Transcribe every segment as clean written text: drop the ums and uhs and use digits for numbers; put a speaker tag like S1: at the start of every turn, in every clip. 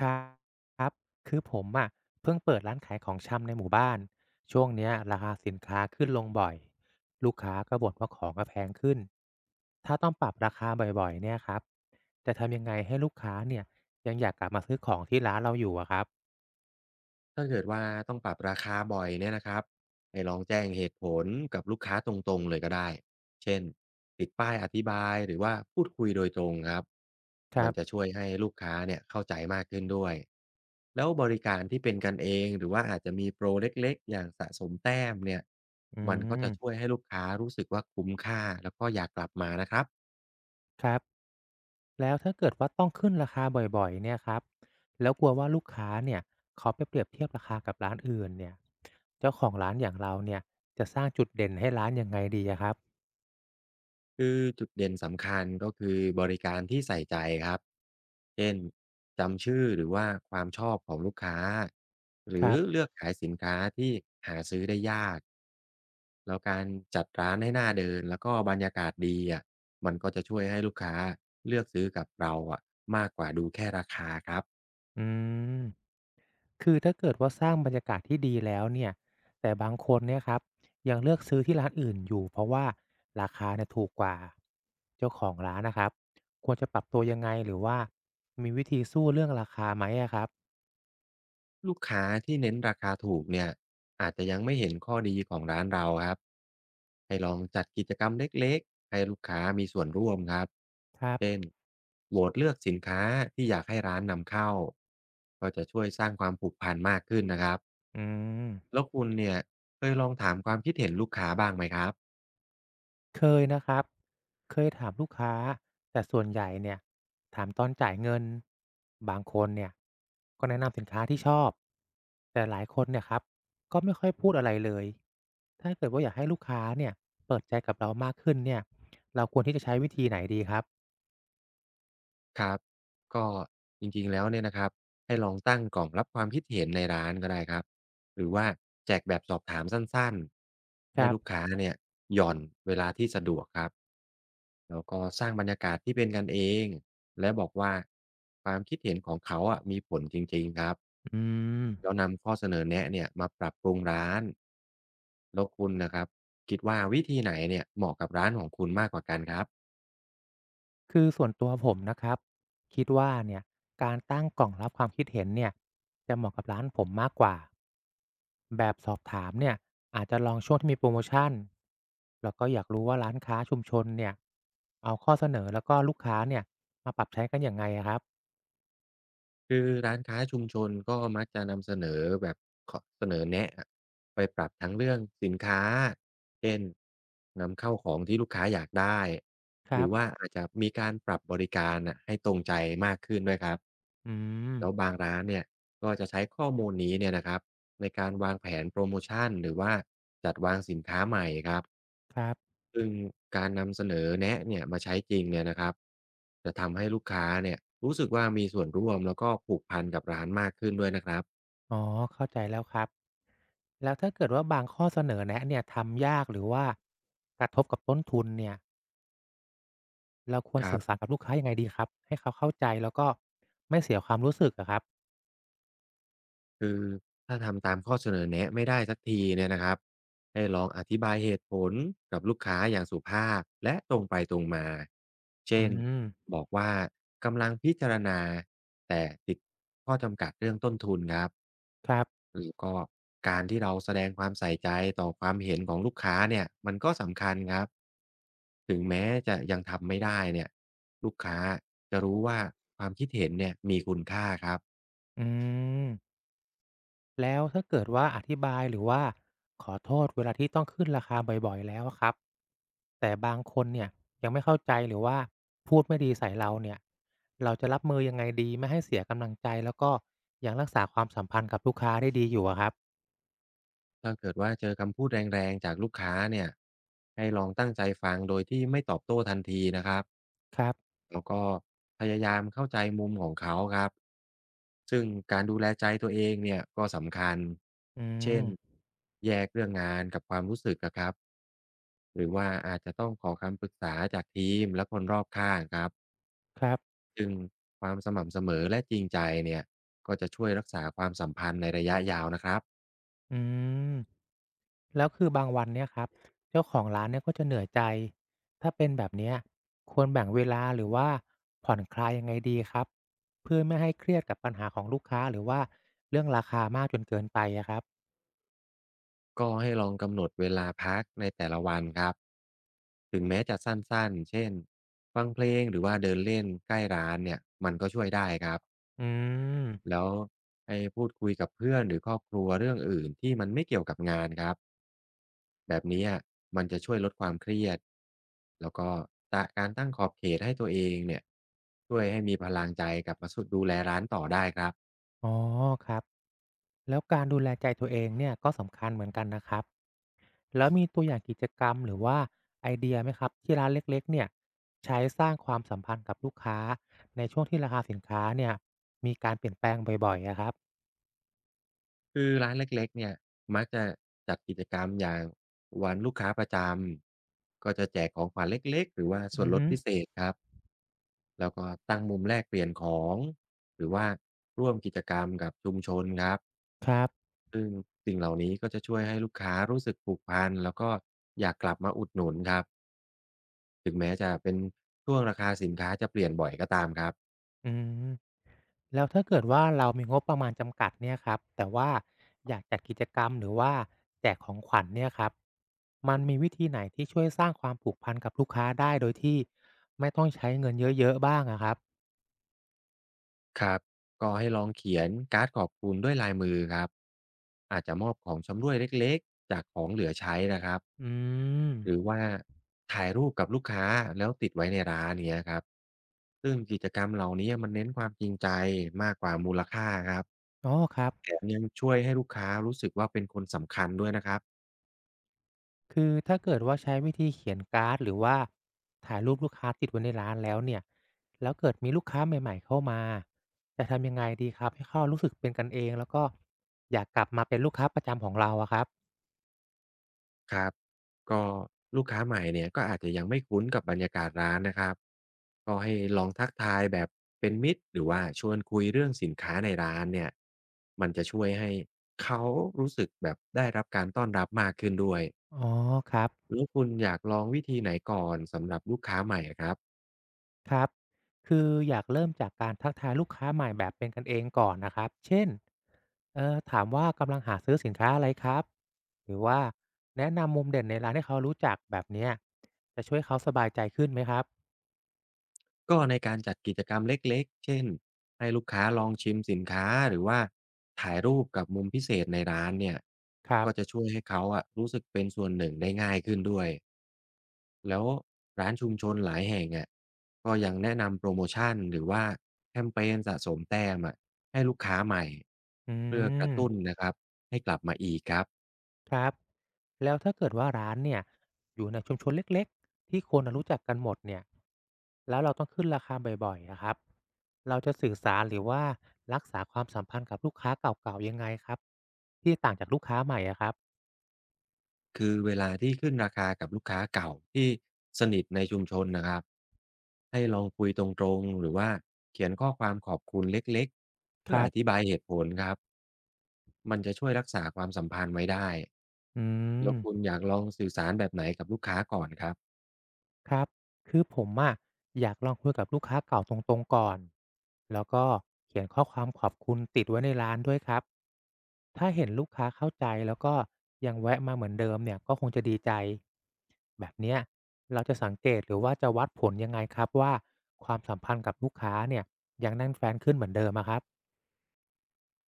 S1: ครับครับคือผมอะเพิ่งเปิดร้านขายของชำในหมู่บ้านช่วงเนี้ยราคาสินค้าขึ้นลงบ่อยลูกค้าก็บ่นว่าของก็แพงขึ้นถ้าต้องปรับราคาบ่อยๆเนี่ยครับจะทำยังไงให้ลูกค้าเนี่ยยังอยากกลับมาซื้อของที่ร้านเราอยู่อะครับ
S2: ถ้าเกิดว่าต้องปรับราคาบ่อยเนี่ยนะครับให้ลองแจ้งเหตุผลกับลูกค้าตรงๆเลยก็ได้เช่นติดป้ายอธิบายหรือว่าพูดคุยโดยตรงครับ
S1: ค
S2: มั
S1: รั
S2: นจะ
S1: บ
S2: ช่วยให้ลูกค้าเนี่ยเข้าใจมากขึ้นด้วยแล้วบริการที่เป็นกันเองหรือว่าอาจจะมีโปรเล็กๆอย่างสะสมแต้มเนี่ย
S1: อื
S2: มันก็จะช่วย
S1: ม
S2: ให้ลูกค้ารู้สึกว่าคุ้มค่าแล้วก็อยากกลับมานะครับ
S1: ครับแล้วถ้าเกิดว่าต้องขึ้นราคาบ่อยๆเนี่ยครับแล้วกลัวว่าลูกค้าเนี่ยเขาไปเปรียบเทียบราคากับร้านอื่นเนี่ยเจ้าของร้านอย่างเราเนี่ยจะสร้างจุดเด่นให้ร้านยังไงดีอะครับ
S2: คือจุดเด่นสำคัญก็คือบริการที่ใส่ใจครับเช่นจำชื่อหรือว่าความชอบของลูกค้าห
S1: ค
S2: รือ
S1: รับ
S2: เลือกขายสินค้าที่หาซื้อได้ยาก แล้วการจัดร้านให้หน่าเดินแล้วก็บรรยากาศดีอะมันก็จะช่วยให้ลูกค้าเลือกซื้อกับเราอะมากกว่าดูแค่ราคาครับ
S1: อืม คือถ้าเกิดว่าสร้างบรรยากาศที่ดีแล้วเนี่ย แต่บางคนเนี่ยครับยังเลือกซื้อที่ร้านอื่นอยู่เพราะว่าราคาเนี่ยถูกกว่าเจ้าของร้านนะครับควรจะปรับตัวยังไงหรือว่ามีวิธีสู้เรื่องราคาไหมอะครับ
S2: ลูกค้าที่เน้นราคาถูกเนี่ยอาจจะยังไม่เห็นข้อดีของร้านเราครับให้ลองจัดกิจกรรมเล็กๆให้ลูกค้ามีส่วนร่วมครับ
S1: ครั
S2: เช่น
S1: บ
S2: โหวตเลือกสินค้าที่อยากให้ร้านนำเข้าก็จะช่วยสร้างความผูกพันมากขึ้นนะครับ
S1: อืม
S2: แล้วคุณเนี่ยเคยลองถามความคิดเห็นลูกค้าบ้างไหมครับ
S1: เคยนะครับ เคยถามลูกค้าแต่ส่วนใหญ่เนี่ยถามตอนจ่ายเงินบางคนเนี่ยก็แนะนำสินค้าที่ชอบแต่หลายคนเนี่ยครับก็ไม่ค่อยพูดอะไรเลยถ้าเกิดว่าอยากให้ลูกค้าเนี่ยเปิดใจกับเรามากขึ้นเนี่ยเราควรที่จะใช้วิธีไหนดีครับ
S2: ครับก็จริงๆแล้วเนี่ยนะครับให้ลองตั้งกล่องรับความคิดเห็นในร้านก็ได้ครับหรือว่าแจกแบบสอบถามสั้นๆ
S1: ค
S2: ให้
S1: รั
S2: ลูก
S1: บ
S2: ค้าเนี่ยหย่อนเวลาที่สะดวกครับแล้วก็สร้างบรรยากาศที่เป็นกันเองและบอกว่าความคิดเห็นของเขาอะมีผลจริงๆครับ
S1: อื
S2: แล้
S1: ม
S2: วนำข้อเสนอแนะเนี่ยมาปรับปรุงร้านแล้วคุณนะครับคิดว่าวิธีไหนเนี่ยเหมาะกับร้านของคุณมากกว่ากันครับ
S1: คือส่วนตัวผมนะครับคิดว่าเนี่ยการตั้งกล่องรับความคิดเห็นเนี่ยจะเหมาะกับร้านผมมากกว่าแบบสอบถามเนี่ยอาจจะลองช่วงที่มีโปรโมชั่นแล้วก็อยากรู้ว่าร้านค้าชุมชนเนี่ยเอาข้อเสนอแล้วก็ลูกค้าเนี่ยมาปรับใช้กันอย่างไงอะครับ
S2: คือร้านค้าชุมชนก็มักจะนำเสนอแบบขอเสนอแนะอะไปปรับทั้งเรื่องสินค้าเช่นนำเข้าของที่ลูกค้าอยากได้
S1: ค
S2: ห
S1: รั
S2: รือ
S1: บ
S2: ว่าอาจจะมีการปรับบริการน่ะให้ตรงใจมากขึ้นด้วยครับ
S1: อืม
S2: แล้วบางร้านเนี่ยก็จะใช้ข้อมูลนี้เนี่ยนะครับในการวางแผนโปรโมชันหรือว่าจัดวางสินค้าใหม่ครับ
S1: ครับ
S2: ซึ่งการนำเสนอแนะเนี่ยมาใช้จริงเนี่ยนะครับจะทำให้ลูกค้าเนี่ยรู้สึกว่ามีส่วนร่วมแล้วก็ผูกพันกับร้านมากขึ้นด้วยนะครับ
S1: อ๋อเข้าใจแล้วครับแล้วถ้าเกิดว่าบางข้อเสนอแนะเนี่ยทำยากหรือว่ากระทบกับต้นทุนเนี่ย เราควร
S2: ครั
S1: สื่อสา
S2: บ
S1: รกับลูกค้ายังไงดีครับให้เขาเข้าใจแล้วก็ไม่เสียความรู้สึกอะครับ
S2: คือถ้าทำตามข้อเสนอแนะไม่ได้สักทีเนี่ยนะครับให้ลองอธิบายเหตุผลกับลูกค้าอย่างสุภาพและตรงไปตรงมา
S1: อื
S2: เช่น
S1: ม
S2: บอกว่ากำลังพิจารณาแต่ติดข้อจำกัดเรื่องต้นทุนครับ
S1: ครับ
S2: รือก็การที่เราแสดงความใส่ใจต่อความเห็นของลูกค้าเนี่ยมันก็สำคัญครับถึงแม้จะยังทำไม่ได้เนี่ยลูกค้าจะรู้ว่าความคิดเห็นเนี่ยมีคุณค่าครับ
S1: อืมแล้วถ้าเกิดว่าอธิบายหรือว่าขอโทษเวลาที่ต้องขึ้นราคาบ่อยๆแล้วอะครับแต่บางคนเนี่ยยังไม่เข้าใจหรือว่าพูดไม่ดีใส่เราเนี่ยเราจะรับมือยังไงดีไม่ให้เสียกำลังใจแล้วก็ยังรักษาความสัมพันธ์กับลูกค้าได้ดีอยู่อะครับ
S2: ถ้าเกิดว่าเจอคำพูดแรงๆจากลูกค้าเนี่ยให้ลองตั้งใจฟังโดยที่ไม่ตอบโต้ทันทีนะครับ
S1: ครับ
S2: แล้วก็พยายามเข้าใจมุมของเขาครับซึ่งการดูแลใจตัวเองเนี่ยก็สำคัญ
S1: อื
S2: เช่น
S1: ม
S2: แยกเรื่องงานกับความรู้สึกอะครับหรือว่าอาจจะต้องขอคำปรึกษาจากทีมและคนรอบข้างครับ
S1: ครับ
S2: ซึ่งความสม่ำเสมอและจริงใจเนี่ยก็จะช่วยรักษาความสัมพันธ์ในระยะยาวนะครับ
S1: อืม แล้วคือบางวันเนี่ยครับเจ้าของร้านเนี่ยก็จะเหนื่อยใจถ้าเป็นแบบเนี้ยควรแบ่งเวลาหรือว่าผ่อนคลายยังไงดีครับเพื่อไม่ให้เครียดกับปัญหาของลูกค้าหรือว่าเรื่องราคามากจนเกินไปอะครับ
S2: ก็ให้ลองกำหนดเวลาพักในแต่ละวันครับถึงแม้จะสั้นๆเช่นฟังเพลงหรือว่าเดินเล่นใกล้ร้านเนี่ยมันก็ช่วยได้ครับ
S1: อืม
S2: แล้วให้พูดคุยกับเพื่อนหรือครอบครัวเรื่องอื่นที่มันไม่เกี่ยวกับงานครับแบบนี้อะมันจะช่วยลดความเครียดแล้วก็ตะการตั้งขอบเขตให้ตัวเองเนี่ยช่วยให้มีพลังใจกลับมาสุดดูแลร้านต่อได้ครับ
S1: อ๋อครับแล้วการดูแลใจตัวเองเนี่ยก็สำคัญเหมือนกันนะครับแล้วมีตัวอย่างกิจกรรมหรือว่าไอเดียไหมครับที่ร้านเล็กๆเนี่ยใช้สร้างความสัมพันธ์กับลูกค้าในช่วงที่ราคาสินค้าเนี่ยมีการเปลี่ยนแปลงบ่อยๆอะครับ
S2: คือร้านเล็กๆเนี่ยมักจะจัดกิจกรรมอย่างวันลูกค้าประจำก็จะแจกของขวัญเล็กๆหรือว่าส่
S1: อื
S2: วน
S1: อ
S2: ลด
S1: ฮึ
S2: พิเศษครับแล้วก็ตั้งมุมแลกเปลี่ยนของหรือว่าร่วมกิจกรรมกับชุมชนครับ
S1: ครับ
S2: ซึ่งสิ่งเหล่านี้ก็จะช่วยให้ลูกค้ารู้สึกผูกพันแล้วก็อยากกลับมาอุดหนุนครับถึงแม้จะเป็นช่วงราคาสินค้าจะเปลี่ยนบ่อยก็ตามครับ
S1: อืมแล้วถ้าเกิดว่าเรามีงบประมาณจำกัดเนี่ยครับแต่ว่าอยากจัดกิจกรรมหรือว่าแจกของขวัญเนี่ยครับมันมีวิธีไหนที่ช่วยสร้างความผูกพันกับลูกค้าได้โดยที่ไม่ต้องใช้เงินเยอะๆบ้างอะครับ
S2: ครับก็ให้ลองเขียนการ์ดขอบคุณด้วยลายมือครับอาจจะมอบของชำร่วยเล็กๆจากของเหลือใช้นะครับ
S1: อืม
S2: หรือว่าถ่ายรูปกับลูกค้าแล้วติดไว้ในร้านเนี้ยครับซึ่งกิจกรรมเหล่านี้มันเน้นความจริงใจมากกว่ามูลค่าครับ
S1: อ๋อครับ
S2: แถมยังช่วยให้ลูกค้ารู้สึกว่าเป็นคนสำคัญด้วยนะครับ
S1: คือถ้าเกิดว่าใช้วิธีเขียนการ์ดหรือว่าถ่ายรูปลูกค้าติดไว้ในร้านแล้วเนี่ยแล้วเกิดมีลูกค้าใหม่ๆเข้ามาจะทำยังไงดีครับให้เขารู้สึกเป็นกันเองแล้วก็อยากกลับมาเป็นลูกค้าประจำของเราอะครับ
S2: ครับก็ลูกค้าใหม่เนี่ยก็อาจจะยังไม่คุ้นกับบรรยากาศร้านนะครับก็ให้ลองทักทายแบบเป็นมิตรหรือว่าชวนคุยเรื่องสินค้าในร้านเนี่ยมันจะช่วยให้เขารู้สึกแบบได้รับการต้อนรับมากขึ้นด้วย
S1: อ๋อครับ
S2: แล้วคุณอยากลองวิธีไหนก่อนสำหรับลูกค้าใหม่อะครับ
S1: ครับคืออยากเริ่มจากการทักทายลูกค้าใหม่แบบเป็นกันเองก่อนนะครับเช่นถามว่ากำลังหาซื้อสินค้าอะไรครับหรือว่าแนะนำมุมเด่นในร้านให้เขารู้จักแบบเนี้ยจะช่วยเขาสบายใจขึ้นไหมครับ
S2: ก็ในการจัดกิจกรรมเล็กๆเช่นให้ลูกค้าลองชิมสินค้าหรือว่าถ่ายรูปกับมุมพิเศษในร้านเนี่ย
S1: ครับ
S2: ก็จะช่วยให้เขาอะรู้สึกเป็นส่วนหนึ่งได้ง่ายขึ้นด้วย แล้วร้านชุมชนหลายแห่งอะก็ยังแนะนำโปรโมชั่นหรือว่าแคมเปญสะสมแต้มอะให้ลูกค้าใหม่
S1: อื
S2: เพื่อกระตุ้น
S1: ม
S2: นะครับให้กลับมาอีกครับ
S1: ครับแล้วถ้าเกิดว่าร้านเนี่ยอยู่ในชุมชนเล็กๆที่คนรู้จักกันหมดเนี่ยแล้วเราต้องขึ้นราคาบ่อยๆนะครับเราจะสื่อสารหรือว่ารักษาความสัมพันธ์กับลูกค้าเก่าๆยังไงครับที่ต่างจากลูกค้าใหม่อะครับ
S2: คือเวลาที่ขึ้นราคากับลูกค้าเก่าที่สนิทในชุมชนนะครับให้ลองคุยตรงๆหรือว่าเขียนข้อความขอบคุณเล็กๆ
S1: ค
S2: เพื่อ
S1: รั
S2: อธิ
S1: บ
S2: บายเหตุผลครับมันจะช่วยรักษาความสัมพันธ์ไว้ได้
S1: อืม
S2: แล้วคุณอยากลองสื่อสารแบบไหนกับลูกค้าก่อนครับ
S1: ครับคือผมอะอยากลองคุยกับลูกค้าเก่าตรงๆก่อนแล้วก็เขียนข้อความขอบคุณติดไว้ในร้านด้วยครับ ถ้าเห็นลูกค้าเข้าใจแล้วก็ยังแวะมาเหมือนเดิมเนี่ยก็คงจะดีใจ แบบเนี้ยเราจะสังเกตหรือว่าจะวัดผลยังไงครับว่าความสัมพันธ์กับลูกค้าเนี่ยยังแน่นแฟนขึ้นเหมือนเดิมอะครับ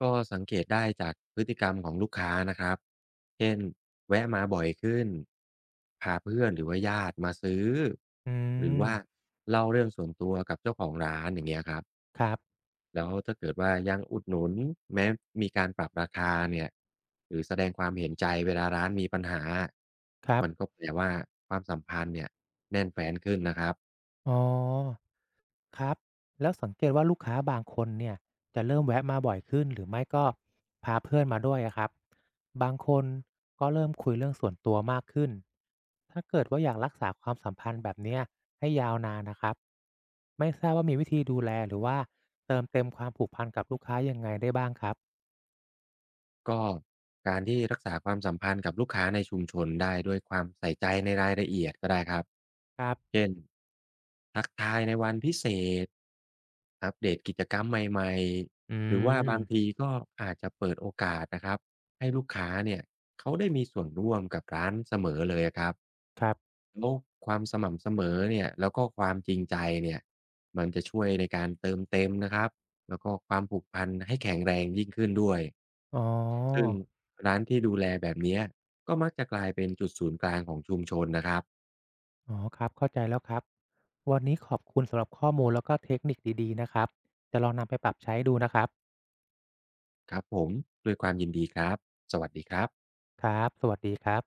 S2: ก็สังเกตได้จากพฤติกรรมของลูกค้านะครับเช่นแวะมาบ่อยขึ้นพาเพื่อนหรือว่าญาติมาซื้อ
S1: อื
S2: หรือว่า
S1: ม
S2: เล่าเรื่องส่วนตัวกับเจ้าของร้านอย่างเงี้ยครับ
S1: ครับ
S2: แล้วถ้าเกิดว่ายังอุดหนุนแม้มีการปรับราคาเนี่ยหรือแสดงความเห็นใจเวลาร้านมีปัญหา
S1: ครับ
S2: มันก็แปลว่าความสัมพันธ์เนี่ยแน่นแฟ้นขึ้นนะครับ
S1: อ๋อ ครับแล้วสังเกตว่าลูกค้าบางคนเนี่ยจะเริ่มแวะมาบ่อยขึ้นหรือไม่ก็พาเพื่อนมาด้วยอะครับบางคนก็เริ่มคุยเรื่องส่วนตัวมากขึ้นถ้าเกิดว่าอยากรักษาความสัมพันธ์แบบเนี้ยให้ยาวนานนะครับไม่ทราบว่ามีวิธีดูแลหรือว่าเติมเต็มความผูกพันกับลูกค้ายังไงได้บ้างครับ
S2: ก็การที่รักษาความสัมพันธ์กับลูกค้าในชุมชนได้ด้วยความใส่ใจในรายละเอียดก็ได้ครับ
S1: ครับ
S2: เช่นทักทายในวันพิเศษอัปเดตกิจกรรมใหม่
S1: อื
S2: ๆหรือว่าบางที
S1: ม
S2: ก็อาจจะเปิดโอกาสนะครับให้ลูกค้าเนี่ยเขาได้มีส่วนร่วมกับร้านเสมอเลยครับ
S1: ครับ
S2: แล้วความสม่ำเสมอเนี่ยแล้วก็ความจริงใจเนี่ยมันจะช่วยในการเติมเต็มนะครับแล้วก็ความผูกพันให้แข็งแรงยิ่งขึ้นด้วย
S1: อ๋
S2: ซึ่ง
S1: อ
S2: ร้านที่ดูแลแบบเนี้ยก็มักจะกลายเป็นจุดศูนย์กลางของชุมชนนะครับ
S1: อ๋อครับเข้าใจแล้วครับวันนี้ขอบคุณสำหรับข้อมูลแล้วก็เทคนิคดีๆนะครับจะลองนำไปปรับใช้ดูนะครับ
S2: ครับผมด้วยความยินดีครับสวัสดีครับ
S1: ครับ สวัสดีครับ